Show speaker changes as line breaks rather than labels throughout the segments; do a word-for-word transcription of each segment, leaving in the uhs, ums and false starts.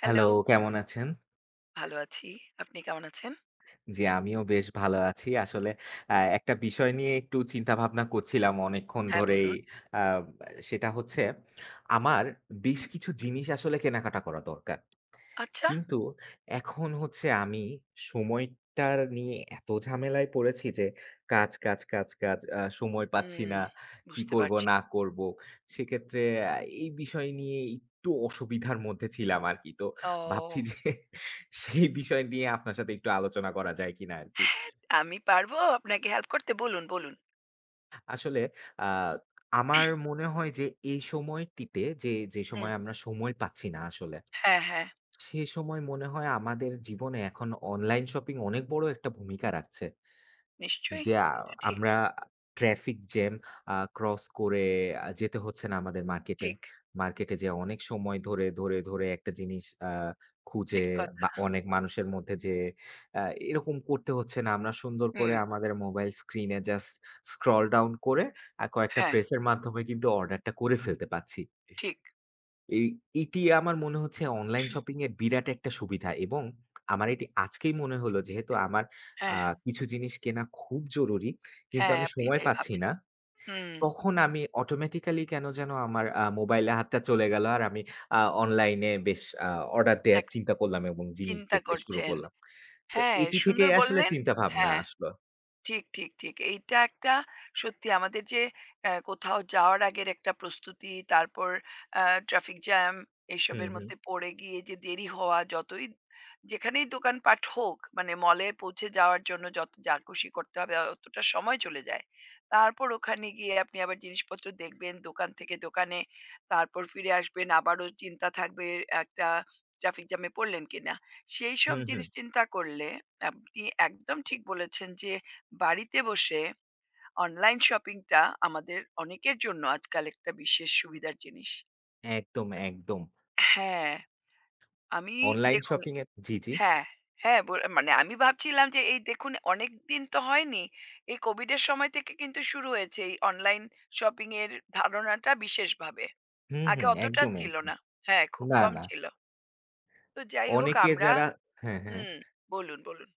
Hello,
hello, কেমন আছেন?
ভালো আছি। আপনি কেমন আছেন?
জি, আমিও বেশ ভালো আছি। আসলে আ একটা বিষয় নিয়ে একটু চিন্তাভাবনা করছিলাম অনেকক্ষণ
হ্যাঁ,
ধরেই।
বলুন।
আ সেটা হচ্ছে আমার বেশ কিছু জিনিস আসলে কেনাকাটা করা দরকার।
আচ্ছা,
কিন্তু এখন হচ্ছে আমি সময়টা নিয়ে এত ঝামেলায় পড়েছি যে কাজ, কাজ, কাজ, কাজ আ সময় পাচ্ছি
হুম,
না। কি
বুঝতে
করব
পারছি।
না করব। সেক্ষেত্রে আ এই বিষয় নিয়ে একটু অসুবিধার মধ্যে ছিলাম আরকি। তো ভাবছি
ও!
যে সেই বিষয় নিয়ে আপনার সাথে একটু আলোচনা করা যায় কিনা আরকি।
আমি পারবো আপনাকে হেল্প করতে? বলুন, বলুন।
আসলে আ আমার মনে হয় যে এই সময়টিতে যে, যে
হুম,
সময় আমরা সময় পাচ্ছি না আসলে
হ্যাঁ, হ্যাঁ,
সে সময় মনে হয় আমাদের জীবনে এখন অনলাইন শপিং অনেক বড় একটা ভূমিকা রাখছে।
নিশ্চয়ই।
যে আ
এটা ঠিক,
আমরা ট্রাফিক জ্যাম আ ক্রস করে আ যেতে হচ্ছে না আমাদের মার্কেটে।
ঠিক,
মার্কেটে যেয়ে অনেক সময় ধরে, ধরে, ধরে একটা জিনিস আ খুঁজে
ঠিক কথা।
বা অনেক মানুষের মধ্যে যেয়ে আ এরকম করতে হচ্ছে না। আমরা সুন্দর করে
হুম,
আমাদের মোবাইল স্ক্রিনে জাস্ট স্ক্রল ডাউন করে আ কয়েকটা
হ্যাঁ,
প্রেসের মাধ্যমে কিন্তু অর্ডারটা করে ফেলতে পারছি।
ঠিক।
এই এটি আমার মনে হচ্ছে অনলাইন শপিং এর বিরাট একটা সুবিধা এবং আমার এটি আজকেই মনে হলো যেহেতু আমার আ
হ্যাঁ,
কিছু জিনিস কেনা খুব জরুরি। কিন্তু
হ্যাঁ,
আমি
আপনি
সময়
এটাই
পাচ্ছি
ভাবছেন।
না।
হুম,
তখন আমি অটোমেটিক্যালি কেন যেন আমার আ মোবাইলে হাতটা চলে গেল। আর আমি আ অনলাইনে বেশ আ অর্ডার দেয়ার
দেখ
চিন্তা করলাম এবং জিনিস
চিন্তা
দেখতে শুরু
করছেন।
করলাম। তো
হ্যাঁ,
এটি
সুন্দর
থেকেই আসলে
বললেন।
চিন্তাভাবনা
হ্যাঁ।
আসলো।
ঠিক, ঠিক, ঠিক। এইটা একটা সত্যি আমাদের যে অ্যা কোথাও যাওয়ার আগের একটা প্রস্তুতি, তারপর আ ট্রাফিক জ্যাম
হুম,
এসবের
হুম।
মধ্যে পড়ে গিয়ে যে দেরি হওয়া, যতই যেখানেই দোকানপাট হোক, মানে মলে পৌঁছে যাওয়ার জন্য যত যা খুশি করতে হবে অতটা সময় চলে যায়। তারপর ওখানে গিয়ে আপনি আবার জিনিসপত্র দেখবেন দোকান থেকে দোকানে, তারপর ফিরে আসবেন, আবারও চিন্তা থাকবে একটা ট্রাফিক জ্যামে পড়লেন কিনা। সেইসব
হুম, হুম।
জিনিস চিন্তা করলে আপনি একদম ঠিক বলেছেন যে বাড়িতে বসে অনলাইন শপিংটা আমাদের অনেকের জন্য আজকাল একটা বিশেষ সুবিধার জিনিস।
একদম, একদম।
হ্যাঁ, আমি
অনলাইন
দেখুন।
শপিং এর জি, জি।
হ্যাঁ, হ্যাঁ, বো মানে আমি ভাবছিলাম যে এই দেখুন অনেকদিন তো হয়নি। এই কোভিডের সময় থেকে কিন্তু শুরু হয়েছে এই অনলাইন শপিং এর ধারণাটা বিশেষভাবে।
হুম,
আগে
হুম।
অতটা
একদম,
ছিল
একদম।
না। হ্যাঁ, খুব
না,
কম
না।
ছিল। তো যাই হোক
অনেকে
আমরা
যারা হ্যাঁ, হ্যাঁ।
হুম, বলুন, বলুন।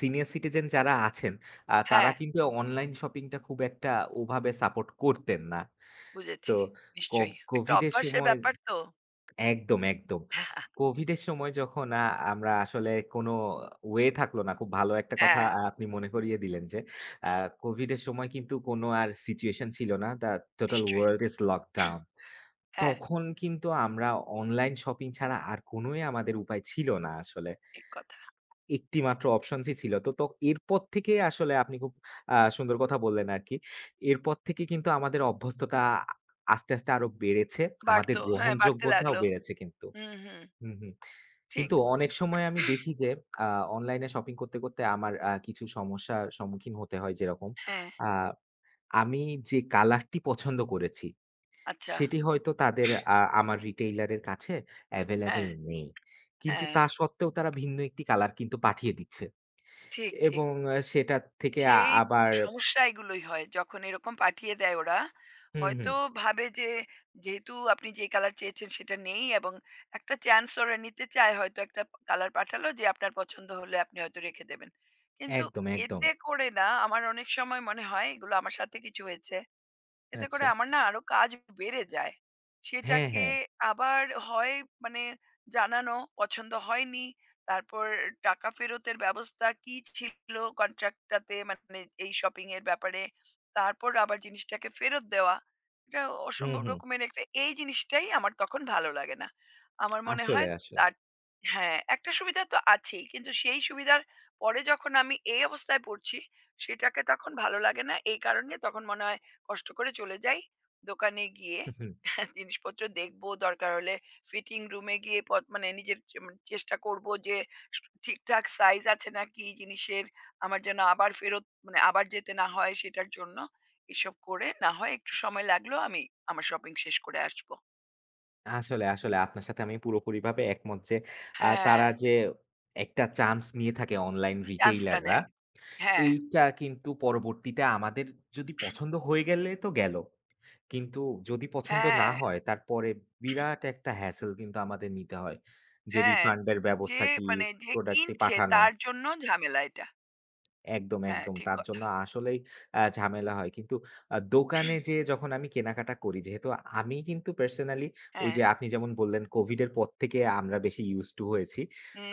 সিনিয়র সিটিজেন যারা আছেন, আ তারা
হ্যাঁ,
কিন্তু অনলাইন শপিংটা খুব একটা ওভাবে সাপোর্ট করতেন না। তো
বুঝেছি।
ক
নিশ্চয়ই। একটা
কোভিডের
অভ্যাসের
সময়
ব্যাপার তো।
একদম, একদম। কোভিডের সময় যখন আ আমরা আসলে কোনো ওয়ে থাকলো না। খুব ভালো একটা কথা
হ্যাঁ,
আ আপনি মনে করিয়ে দিলেন যে, আ কোভিডের সময় কিন্তু কোনো আর সিচুয়েশন ছিল না। দ্যা টোটাল
নিশ্চয়ই।
World is lockdown.
হ্যাঁ।
তখন কিন্তু আমরা অনলাইন শপিং ছাড়া আর কোনোই আমাদের উপায় ছিল না আসলে।
ঠিক কথা।
একটি মাত্র অপশনসই ছিল। তো, তো এরপর থেকে আসলে আপনি খুব আ সুন্দর কথা বললেন আরকি। এরপর থেকে কিন্তু আমাদের অভ্যস্ততা আস্তে, আস্তে আরো বেড়েছে। আমাদের
বাড়তো। হ্যাঁ, বাড়তে
গ্রহণযোগ্যতাও
লাগলো।
বেড়েছে কিন্তু।
হুম, হুম।
হুম, হুম।
ঠিক।
কিন্তু অনেক সময় আমি দেখি যে আ অনলাইনে শপিং করতে, করতে আমার আ কিছু সমস্যার সম্মুখীন হতে হয় যেরকম,
হ্যাঁ,
আ আমি যে কালারটি পছন্দ করেছি
আচ্ছা।
সেটি হয়তো তাদের আ আমার রিটেইলার এর কাছে এভেইলেবল
হ্যাঁ,
নেই। কিন্তু
হ্যাঁ।
তা সত্ত্বেও তারা ভিন্ন একটি কালার কিন্তু পাঠিয়ে দিচ্ছে।
ঠিক, ঠিক।
এবং আ সেটা থেকে আ
সেই
আবার
সমস্যা এগুলোই হয়। যখন এরকম পাঠিয়ে দেয় ওরা,
হুম,
হয়তো
হুম।
ভাবে যে যেহেতু আপনি যে কালার চেয়েছেন সেটা নেই এবং একটা চান্স ওরা নিতে চায়, হয়তো একটা কালার পাঠালো যে আপনার পছন্দ হলে আপনি হয়তো রেখে দেবেন। কিন্তু
একদম, একদম।
এতে করে না আমার অনেক সময় মনে হয় এগুলো আমার সাথে কিছু হয়েছে, এতে করে
আচ্ছা।
আমার না আরো কাজ বেড়ে যায়।
হ্যাঁ,
সেটাকে
হ্যাঁ।
আবার হয় মানে জানানো পছন্দ হয়নি। তারপর টাকা ফেরতের ব্যবস্থা কি ছিল কন্ট্রাক্টটাতে মানে এই শপিং এর ব্যাপারে। তারপর আবার জিনিসটাকে ফেরত দেওয়া। এটা
হুম,
অসম্ভব
হুম।
রকমের একটা এই জিনিসটাই আমার তখন ভালো লাগে না। আমার মনে
আসলে,
হয়
আসলে।
তার হ্যাঁ, একটা সুবিধা তো আছেই। কিন্তু সেই সুবিধার পরে যখন আমি এই অবস্থায় পড়ছি, সেটাকে তখন ভালো লাগে না। এই কারণে তখন মনে হয় কষ্ট করে চলে যাই দোকানে গিয়ে।
হুম, হুম।
জিনিসপত্র দেখবো, দরকার হলে ফিটিং রুমে গিয়ে পথ- মানে নিজের চে- মানে চেষ্টা করব যে স- ঠিকঠাক সাইজ আছে নাকি জিনিসের, আমার যেন আবার ফেরত মানে আবার যেতে না হয় সেটার জন্য। এসব করে না হয় একটু সময় লাগলো, আমি আমার শপিং শেষ করে আসবো।
আসলে, আসলে আপনার সাথে আমি পুরোপুরিভাবে একমত যে আ
হ্যাঁ,
তারা যে একটা চান্স নিয়ে থাকে অনলাইন
চান্সটা
রিটেইলাররা,
নেয়। হ্যাঁ,
এইটা কিন্তু পরবর্তীতে আমাদের যদি পছন্দ হয়ে গেলে তো গেল। কিন্তু যদি পছন্দ না
হ্যাঁ,
হয় তারপরে বিরাট একটা হ্যাসেল কিন্তু আমাদের নিতে হয়। যে
হ্যাঁ,
রিফান্ড এর
যে
ব্যবস্থা কি,
মানে যে
প্রোডাক্টটি
কিনছে
পাঠানো।
তার জন্য ঝামেলা এটা।
একদম,
হ্যাঁ,
একদম।
ঠিক
তার
কথা।
জন্য আসলেই আ ঝামেলা হয়। কিন্তু আ দোকানে যেয়ে যখন আমি কেনাকাটা করি, যেহেতু আমি কিন্তু পার্সোনালি ওই
হ্যাঁ।
যে আপনি যেমন বললেন COVID এর পর থেকে আমরা বেশি used to হয়েছি।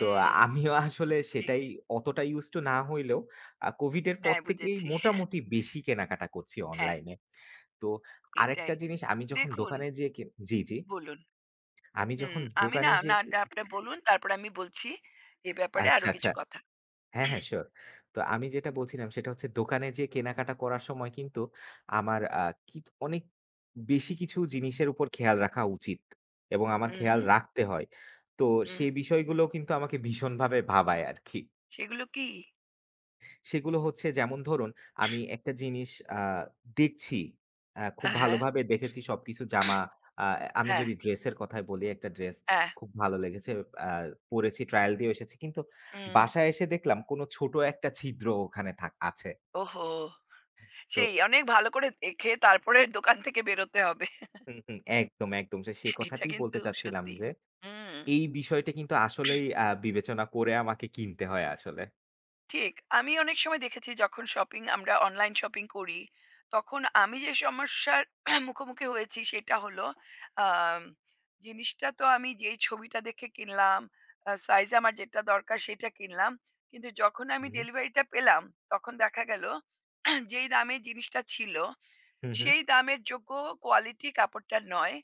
তো আমিও আসলে
ঠিক।
সেটাই অতটা used to না হইলেও আ COVID এর পর
হ্যাঁ,
থেকেই
বুঝেছি।
মোটামুটি বেশি কেনাকাটা করছি
হ্যাঁ,
অনলাইনে। তো
এটাই।
আরেকটা জিনিস আমি যখন
দেখুন,
দোকানে যেয়ে কে জি, জি।
বলুন।
আমি
হুম,
যখন
আমি না,
দোকানে যেয়ে
না, না, আপনার বলুন, তারপরে আমি বলছি এ ব্যাপারে
আচ্ছা,
আরো
আচ্ছা।
কিছু কথা।
হ্যাঁ, হ্যাঁ, সিউর। তো আমি যেটা বলছিলাম সেটা হচ্ছে দোকানে যেয়ে কেনাকাটা করার সময় কিন্তু আমার আ কিত অনেক বেশি কিছু জিনিসের উপর খেয়াল রাখা উচিত এবং আমার
হুম,
খেয়াল
হুম,
রাখতে হয়। তো
হুম।
সেই বিষয়গুলো কিন্তু আমাকে ভীষণভাবে ভাবায় আরকি।
সেগুলো কি?
সেগুলো হচ্ছে যেমন ধরুন, আমি একটা জিনিস আ দেখছি, আ খুব
হ্যাঁ, হ্যাঁ,
ভালোভাবে দেখেছি সবকিছু জামা আ আমি
হ্যাঁ,
যদি ড্রেসের কথাই বলি, একটা ড্রেস
হ্যাঁ।
খুব ভালো লেগেছে। আ পড়েছি, ট্রায়াল দিয়েও এসেছি। কিন্তু
হুম।
বাসায় এসে দেখলাম কোনো ছোট একটা ছিদ্র ওখানে থাক আছে।
ওহো!
তো
সেই অনেক ভালো করে দেখে তারপরে দোকান থেকে বেরোতে হবে।
হুম, হুম, একদম, একদম। সে সেই
এটা
কথাটাই বলতে
কিন্তু
চাচ্ছিলাম
সত্যি।
যে,
হুম।
এই বিষয়টা কিন্তু আসলেই আ বিবেচনা করে আমাকে কিনতে হয় আসলে।
ঠিক। আমি অনেক সময় দেখেছি যখন শপিং আমরা অনলাইন শপিং করি, তখন আমি যে সমস্যার মুখোমুখি হয়েছি সেটা হলো আম জিনিসটা তো আমি যেই ছবিটা দেখে কিনলাম, আ সাইজ আমার যেটা দরকার সেটা কিনলাম। কিন্তু যখন আমি
হুম,
ডেলিভারিটা পেলাম, তখন দেখা গেল যেই দামে জিনিসটা ছিল,
হুম, হুম,
সেই দামের যোগ্য কোয়ালিটি কাপড়টা নয়।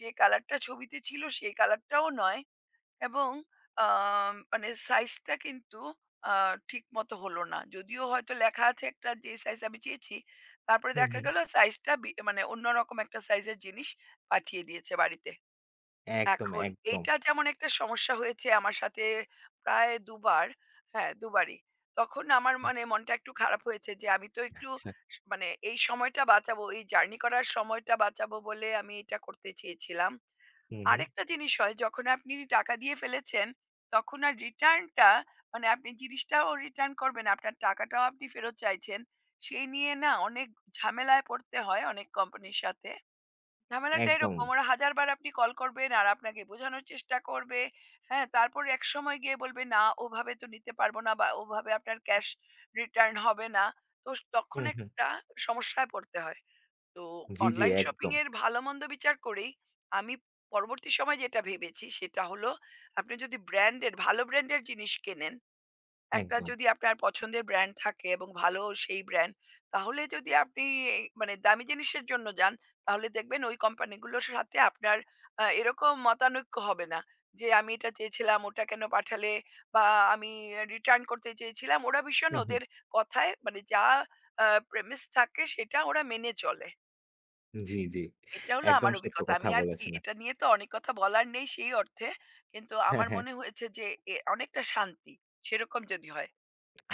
যে কালারটা ছবিতে ছিল সেই কালারটাও নয়। এবং আম মানে সাইজটা কিন্তু আ ঠিক মতো হলো না। যদিও হয়তো লেখা আছে একটা যে সাইজ আমি চেয়েছি, তারপরে
হুম,
দেখা
হুম।
গেল সাইজটা বি মানে অন্যরকম একটা সাইজের জিনিস পাঠিয়ে দিয়েছে বাড়িতে।
একদম,
এখন
একদম।
এইটা যেমন একটা সমস্যা হয়েছে আমার সাথে প্রায় দুবার, হ্যাঁ, দুবারই। তখন আমার মানে মনটা একটু খারাপ হয়েছে যে আমি তো একটু
আচ্ছা।
স মানে এই সময়টা বাঁচাবো, এই জার্নি করার সময়টা বাঁচাবো বলে আমি এটা করতে চেয়েছিলাম।
হুম, হুম।
আরেকটা জিনিস হয় যখন আপনি টাকা দিয়ে ফেলেছেন, তখন আর রিটার্নটা মানে আপনি জিনিসটাও রিটার্ন করবেন, আপনার টাকাটাও আপনি ফেরত চাইছেন। সেই নিয়ে না অনেক ঝামেলায় পড়তে হয় অনেক কোম্পানির সাথে। ঝামেলাটা
একদম।
এরকম, ওরা এক হাজার বার আপনি কল করবেন আর আপনাকে বোঝানোর চেষ্টা করবে। হ্যাঁ, তারপর একসময় গিয়ে বলবে, "না ওভাবে তো নিতে পারবো না বা ওভাবে আপনার ক্যাশ রিটার্ন হবে না।" তো তখন
হুম, হুম।
একটা সমস্যায় পড়তে হয়। তো
জি, জি,
অনলাইন শপিং
একদম,
এর ভালো মন্দ বিচার করেই আমি পরবর্তী সময়ে যেটা ভেবেছি সেটা হলো আপনি যদি ব্র্যান্ডের, ভালো ব্র্যান্ডের জিনিস কেনেন, একটা
একদম।
যদি আপনার পছন্দের ব্র্যান্ড থাকে এবং ভালো সেই ব্র্যান্ড, তাহলে যদি আপনি এই মানে দামি জিনিসের জন্য যান, তাহলে দেখবেন ওই কোম্পানিগুলোর সাথে আপনার আহ, এরকম মতানৈক্য হবে না যে আমি এটা চেয়েছিলাম ওটা কেন পাঠালে, বা আমি রিটার্ন করতে চেয়েছিলাম, ওরা ভীষণ
হুম, হুম।
ওদের কথায় মানে যা প্রেমিস থাকে সেটা ওরা মেনে চলে।
জি, জি।
এটা হলো
একদম
আমার
সত্য
অভিজ্ঞতা।
কথা
আমি আর কি
বলেছিলেন।
এটা নিয়ে তো অনেক কথা বলার নেই সেই অর্থে। কিন্তু
হ্যাঁ,
আমার
হ্যাঁ।
মনে হয়েছে যে এ অনেকটা শান্তি। সেরকম যদি হয়।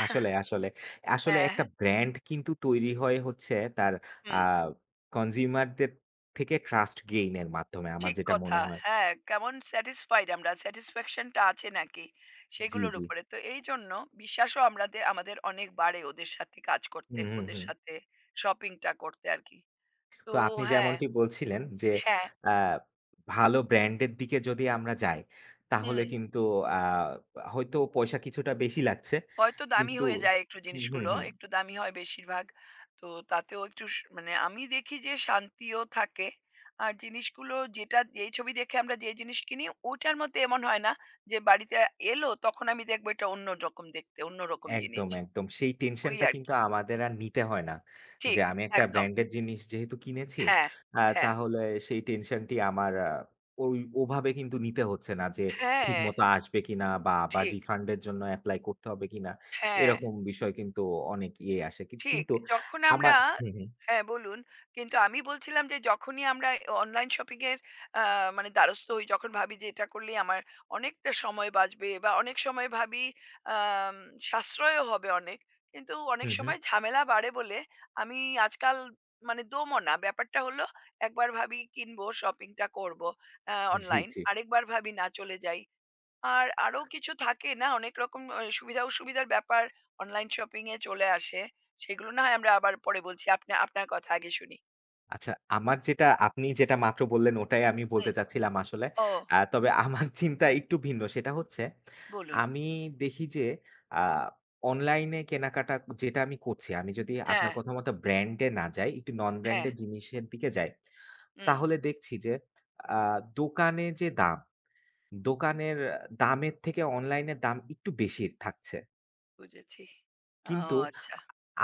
আসলে, আসলে। আসলে
হ্যাঁ,
একটা ব্র্যান্ড কিন্তু তৈরি হয় হচ্ছে তার আ
হুম।
কনজিউমার দের থেকে ট্রাস্ট গেইন এর মাধ্যমে আমার
ঠিক
যেটা মনে
কথা।
হয়।
হ্যাঁ, কেমন স্যাটিসফাইড আমরা, স্যাটিসফ্যাকশন টা আছে নাকি
জি,
সেগুলোর
জি।
উপরে। তো এইজন্য বিশ্বাসও আমরাদের আমাদের অনেক বাড়ে ওদের সাথে কাজ করতে,
হুম, হুম,
ওদের
হুম।
সাথে শপিং টা করতে আরকি। তো
তো আপনি
হ্যাঁ,
যেমনটি বলছিলেন যে
হ্যাঁ,
আ ভালো ব্র্যান্ড এর দিকে যদি আমরা যাই তাহলে
হুম।
কিন্তু আ হয়তো পয়সা কিছুটা বেশি লাগছে।
হয়তো দামি
কিন্তু
হয়ে যায় একটু
হুম, হুম,
জিনিসগুলো,
হুম।
একটু দামি হয় বেশিরভাগ। তো তাতেও একটু স মানে আমি দেখি যে শান্তিও থাকে। আর জিনিসগুলো যেটা, যেই ছবি দেখে আমরা যে জিনিস কিনি, ওটার মধ্যে এমন হয় না যে বাড়িতে এলো তখন আমি দেখবো এটা অন্যরকম দেখতে, অন্যরকম জিনিস।
একদম, একদম। সেই
ওই
টেনশনটা কিন্তু
আরকি।
আমাদের আর নিতে হয় না। যে
ঠিক,
আমি একটা
একদম।
ব্র্যান্ডের জিনিস যেহেতু কিনেছি,
হ্যাঁ,
আ
হ্যাঁ,
তাহলে সেই টেনশনটি আমার আ ওই ওভাবে কিন্তু নিতে হচ্ছে না যে
হ্যাঁ,
ঠিকমতো আসবে কিনা বা আবার
ঠিক,
রিফান্ড এর জন্য এপ্লাই করতে হবে কিনা।
হ্যাঁ।
এরকম বিষয় কিন্তু অনেক ইয়ে আসে। কিন
ঠিক।
কিন্তু
যখন
আমার
আমরা
হুম, হুম,
হ্যাঁ, বলুন। কিন্তু আমি বলছিলাম যে যখনই আমরা অনলাইন শপিং এর আ মানে দ্বারস্থ হই, যখন ভাবি যে এটা করলেই আমার অনেকটা সময় বাঁচবে বা অনেক সময় ভাবি আম সাশ্রয়ও হবে অনেক। কিন্তু অনেক
হুম, হুম।
সময় ঝামেলা বাড়ে বলে আমি আজকাল মানে দমও না। ব্যাপারটা হলো একবার ভাবি কিনবো, শপিংটা করবো আ
জি,
অনলাইন।
জি।
আরেকবার ভাবি না চলে যাই। আর আরো কিছু থাকে না, অনেক রকম আ সুবিধা অসুবিধার ব্যাপার অনলাইন শপিং এ চলে আসে। সেগুলো না হয় আমরা আবার পরে বলছি। আপনা আপনার কথা আগে শুনি।
আচ্ছা, আমার যেটা আপনি যেটা মাত্র বললেন ওটাই আমি বলতে
হুম।
চাচ্ছিলাম আসলে।
ও
আ তবে আমার চিন্তা একটু ভিন্ন। সেটা হচ্ছে
বলুন।
আমি দেখি যে আ অনলাইনে কেনাকাটা যেটা আমি করছি, আমি যদি আপনার
হ্যাঁ,
কথা মতো ব্র্যান্ড এ না যাই, একটু নন
হ্যাঁ।
ব্র্যান্ডেড জিনিসের দিকে যাই,
হুম,
তাহলে দেখছি যে আ দোকানে যে দাম, দোকানের দামের থেকে অনলাইনের দাম একটু বেশি থাকছে।
বুঝেছি। ও
কিন্তু
আচ্ছা,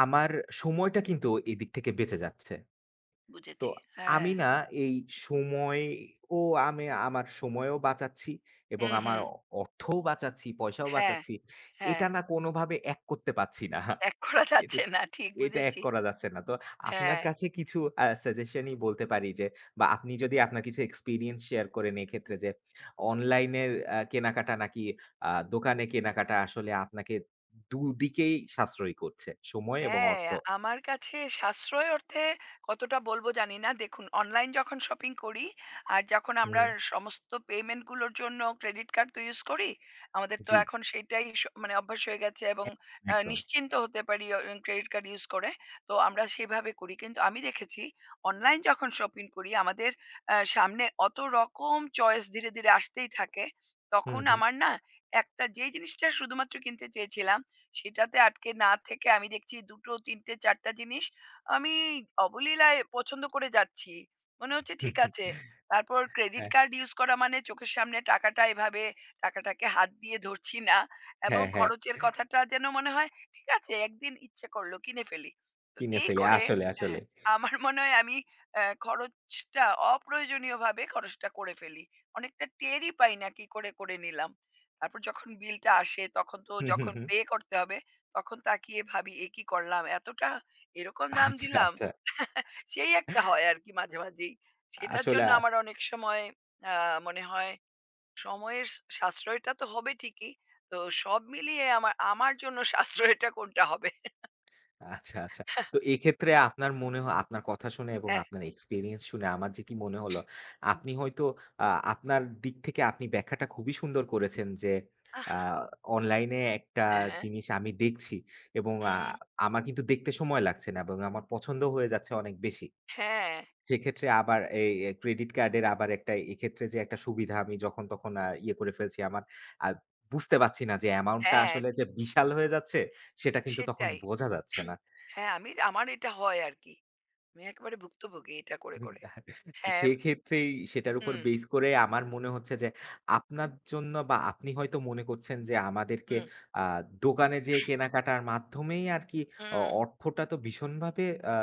আমার সময়টা কিন্তু এদিক থেকে বেঁচে যাচ্ছে। তো
বুঝেছি। হ্যাঁ।
আমি না এই সময় ও আমি আমার সময়ও বাঁচাচ্ছি এবং
হুম,
আমার
হুম।
অ অর্থও বাঁচাচ্ছি, পয়সাও
হ্যাঁ,
বাঁচাচ্ছি।
হ্যাঁ।
এটা না কোনোভাবে এক করতে পারছি না।
ত্যাগ করা
এটা
যাচ্ছে না। ঠিক
এটা এক
বুঝেছি।
করা যাচ্ছে না। তো আপনার
হ্যাঁ।
কাছে কিছু আ সাজেশনই বলতে পারি যে বা আপনি যদি আপনার কিছু এক্সপেরিয়েন্স শেয়ার করেন এক্ষেত্রে যে অনলাইনে আ কেনাকাটা নাকি আ দোকানে কেনাকাটা আসলে আপনাকে দুদিকেই সাশ্রয়ী করছে। সময় এবং
হ্যাঁ,
অর্থ।
আমার কাছে সাশ্রয় অর্থে কতটা বলব জানি না। দেখুন অনলাইন যখন শপিং করি আর যখন আমরা
হুম,
সমস্ত পেমেন্ট গুলোর জন্য ক্রেডিট কার্ড তো ইউজ করি। আমাদের তো
জি।
এখন সেটাই স মানে অভ্যাস হয়ে গেছে এবং
একদম,
আ
একদম।
নিশ্চিন্ত হতে পারি অ ক্রেডিট কার্ড ইউজ করে। তো আমরা সেভাবে করি। কিন্তু আমি দেখেছি অনলাইন যখন শপিং করি আমাদের আ সামনে অত রকম চয়েস ধীরে, ধীরে আসতেই থাকে।
হুম,
তখন
হুম।
আমার না একটা যেই জিনিসটা শুধুমাত্র কিনতে চেয়েছিলাম সেটাতে আটকে না থেকে আমি দেখছি দুই টো তিন টে চার টা জিনিস আমি অবলীলায় পছন্দ করে যাচ্ছি। মনে হচ্ছে
হুম,
ঠিক
হুম,
আছে। তারপর ক্রেডিট
হ্যাঁ,
কার্ড ইউজ করা মানে চোখের সামনে টাকাটা এভাবে টাকাটাকে হাত দিয়ে ধরছি না, এবং
হ্যাঁ, হ্যাঁ।
খরচের কথাটা যেন মনে হয় ঠিক আছে, একদিন ইচ্ছে করলো কিনে ফেলি। তো
কিনে
এই
ফেলি।
করে
আসলে, আসলে।
হ্যাঁ, আমার মনে হয় আমি অ্যা খরচটা অপ্রয়োজনীয়ভাবে খরচটা করে ফেলি। অনেকটা টেরই পাই না কি করে করে নিলাম। তারপর যখন বিলটা আসে তখন তো
হুম, হুম,
যখন
হুম।
পে করতে হবে, তখন তাকিয়ে ভাবি এ কি করলাম এতটা, এরকম দাম
আচ্ছা,
দিলাম।
আচ্ছা।
সেই একটা হয় আর কি মাঝে মাঝেই, সেটার
আসলে
জন্য
আ
আমার অনেক সময় আহ, মনে হয় সময়ের স- সাশ্রয়টা তো হবে ঠিকই, তো সব মিলিয়ে আমার, আমার জন্য সাশ্রয়টা কোনটা হবে।
আচ্ছা, আচ্ছা। তো এক্ষেত্রে আপনার মনে হয় আপনার কথা শুনে এবং
হ্যাঁ।
আপনার এক্সপেরিয়েন্স শুনে আমার যেটি মনে হলো, আপনি হয়তো আ আপনার দিক থেকে আপনি ব্যাখ্যাটা খুবই সুন্দর করেছেন যে
আহ,
আ অনলাইনে একটা
হ্যাঁ।
জিনিস আমি দেখছি এবং আ
উম,
আমার কিন্তু দেখতে সময় লাগছে না এবং আমার পছন্দ হয়ে যাচ্ছে অনেক বেশি।
হ্যাঁ।
সেক্ষেত্রে আবার এই এ ক্রেডিট কার্ডের আবার একটা এক্ষেত্রে যে একটা সুবিধা আমি যখন তখন আ ইয়ে করে ফেলছি আমার আ বুঝতে পারছি না যে অ্যামাউন্টটা
হ্যাঁ,
আসলে যে বিশাল হয়ে যাচ্ছে, সেটা কিন্তু তখন
সেটাই।
বোঝা যাচ্ছে না।
হ্যাঁ, আমি, আমার এটা হয় আর কি, আমি একেবারে ভুক্তভোগী এটা করে
হুম,
করে।
তো
হ্যাঁ।
সেক্ষেত্রেই সেটার উপর
হুম।
বেস করে আমার মনে হচ্ছে যে আপনার জন্য বা আপনি হয়তো মনে করছেন যে আমাদেরকে
হুম,
আ দোকানে যেয়ে কেনাকাটার মাধ্যমেই আরকি অ
হুম।
অর্থটা তো ভীষণভাবে আ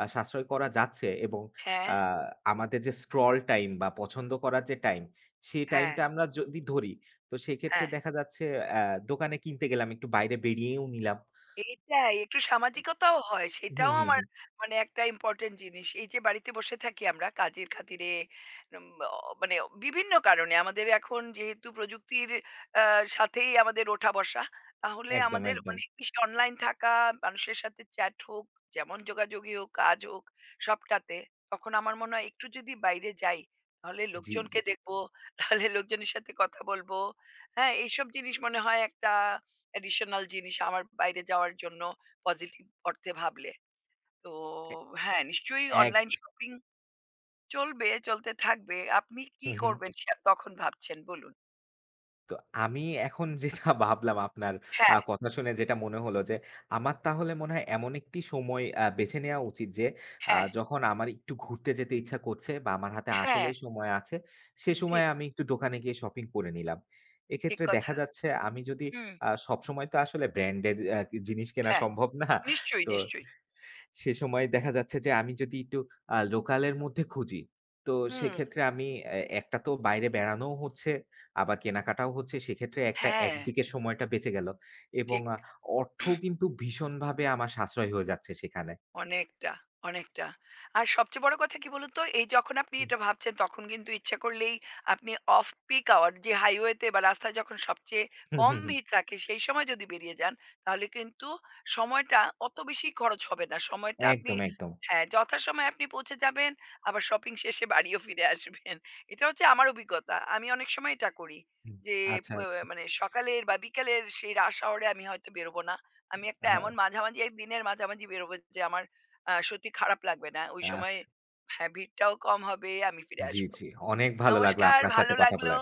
আ সাশ্রয় করা যাচ্ছে এবং
হ্যাঁ,
আ আমাদের যে স্ক্রল টাইম বা পছন্দ করার যে টাইম, সেই
হ্যাঁ,
টাইমটা আমরা যদি ধরি, তো সেক্ষেত্রে
হ্যাঁ।
দেখা যাচ্ছে অ্যা দোকানে কিনতে গেলাম, একটু বাইরে বেরিয়েও নিলাম।
এইটাই একটু সামাজিকতাও হয়।
হুম,
সেটাও
হুম,
আমার
হুম।
মানে একটা ইম্পোর্টেন্ট জিনিস। এই যে বাড়িতে বসে থাকি আমরা কাজের খাতিরে, উম অ মানে বিভিন্ন কারণে আমাদের এখন যেহেতু প্রযুক্তির আ সাথেই আমাদের ওঠা-বসা। তাহলে
একদম,
আমাদের
একদম।
অনেক বেশি অনলাইন থাকা, মানুষের সাথে চ্যাট হোক, যেমন যোগাযোগই হোক, কাজ হোক, সবটাতে। তখন আমার মনে হয় একটু যদি বাইরে যাই, তাহলে
জি, জি।
লোকজনকে দেখবো, তাহলে লোকজনের সাথে কথা বলবো। হ্যাঁ, এইসব জিনিস মনে হয় একটা অ্যাডিশনাল জিনিস আমার বাইরে যাওয়ার জন্য, পজিটিভ অর্থে ভাবলে। তো
এ
হ্যাঁ, নিশ্চয়ই
এক
অনলাইন শপিং চলবে, চলতে থাকবে। আপনি কি
হুম, হুম।
করবেন সে তখন ভাবছেন বলুন।
তো আমি এখন যেটা ভাবলাম আপনার আ
হ্যাঁ,
কথা শুনে যেটা মনে হলো যে, আমার তাহলে মনে হয় এমন একটি সময় আ বেছে নেওয়া উচিত যে, আ
হ্যাঁ,
যখন আমার একটু ঘুরতে যেতে ইচ্ছা করছে বা আমার হাতে
হ্যাঁ,
আসলেই সময় আছে, সে সময়ে
ঠিক,
আমি একটু দোকানে গিয়ে শপিং করে নিলাম।
ঠিক
এক্ষেত্রে দেখা
কথা।
যাচ্ছে আমি যদি
হুম,
আ সবসময় তো আসলে ব্র্যান্ডের আ জিনিস কেনা
হ্যাঁ,
সম্ভব না।
নিশ্চয়ই,
তো
নিশ্চয়ই।
সে সময় দেখা যাচ্ছে যে আমি যদি একটু আ লোকালের মধ্যে খুঁজি, তো
হুম,
সেক্ষেত্রে আমি এ একটা তো বাইরে বেড়ানোও হচ্ছে, আবার কেনাকাটাও হচ্ছে। সেক্ষেত্রে একটা
হ্যাঁ,
একদিকে সময়টা বেঁচে গেল এবং
ঠিক।
আ অর্থও কিন্তু ভীষণভাবে আমার সাশ্রয় হয়ে যাচ্ছে সেখানে।
অনেকটা, অনেকটা। আর সবচেয়ে বড় কথা কি বলুন তো? এই যখন আপনি
হুম,
এটা ভাবছেন তখন কিন্তু ইচ্ছা করলেই আপনি অফ পিক আওয়ার, যে হাইওয়েতে বা রাস্তায় যখন সবচেয়ে
হুম,
কম
হুম, হুম।
ভিড় থাকে সেই সময় যদি বেরিয়ে যান তাহলে কিন্তু সময়টা অত বেশি খরচ হবে না। সময়টা আপনি
একদম, একদম।
হ্যাঁ, যথাসময়ে আপনি পৌঁছে যাবেন, আবার শপিং শেষে বাড়িও ফিরে আসবেন। এটা হচ্ছে আমার অভিজ্ঞতা। আমি অনেক সময় এটা করি।
হুম।
যে
আচ্ছা,
প
আচ্ছা।
মানে সকালের বা বিকালের সেই রাশ আওয়ার এ আমি হয়তো বেরোবো না। আমি একটা
আ
এমন মাঝামাঝি, এক দিনের মাঝামাঝি বেরোবো যে আমার আ সত্যি খারাপ লাগবে না। ওই সময়
আচ্ছা।
হ্যাঁ, ভিড়টাও কম হবে। আমি ফিরে
জি,
আসবো।
জি। অনেক ভালো লাগলো
নমস্কার,
আপনার সাথে
ভালো
কথা
লাগলো।
বলে।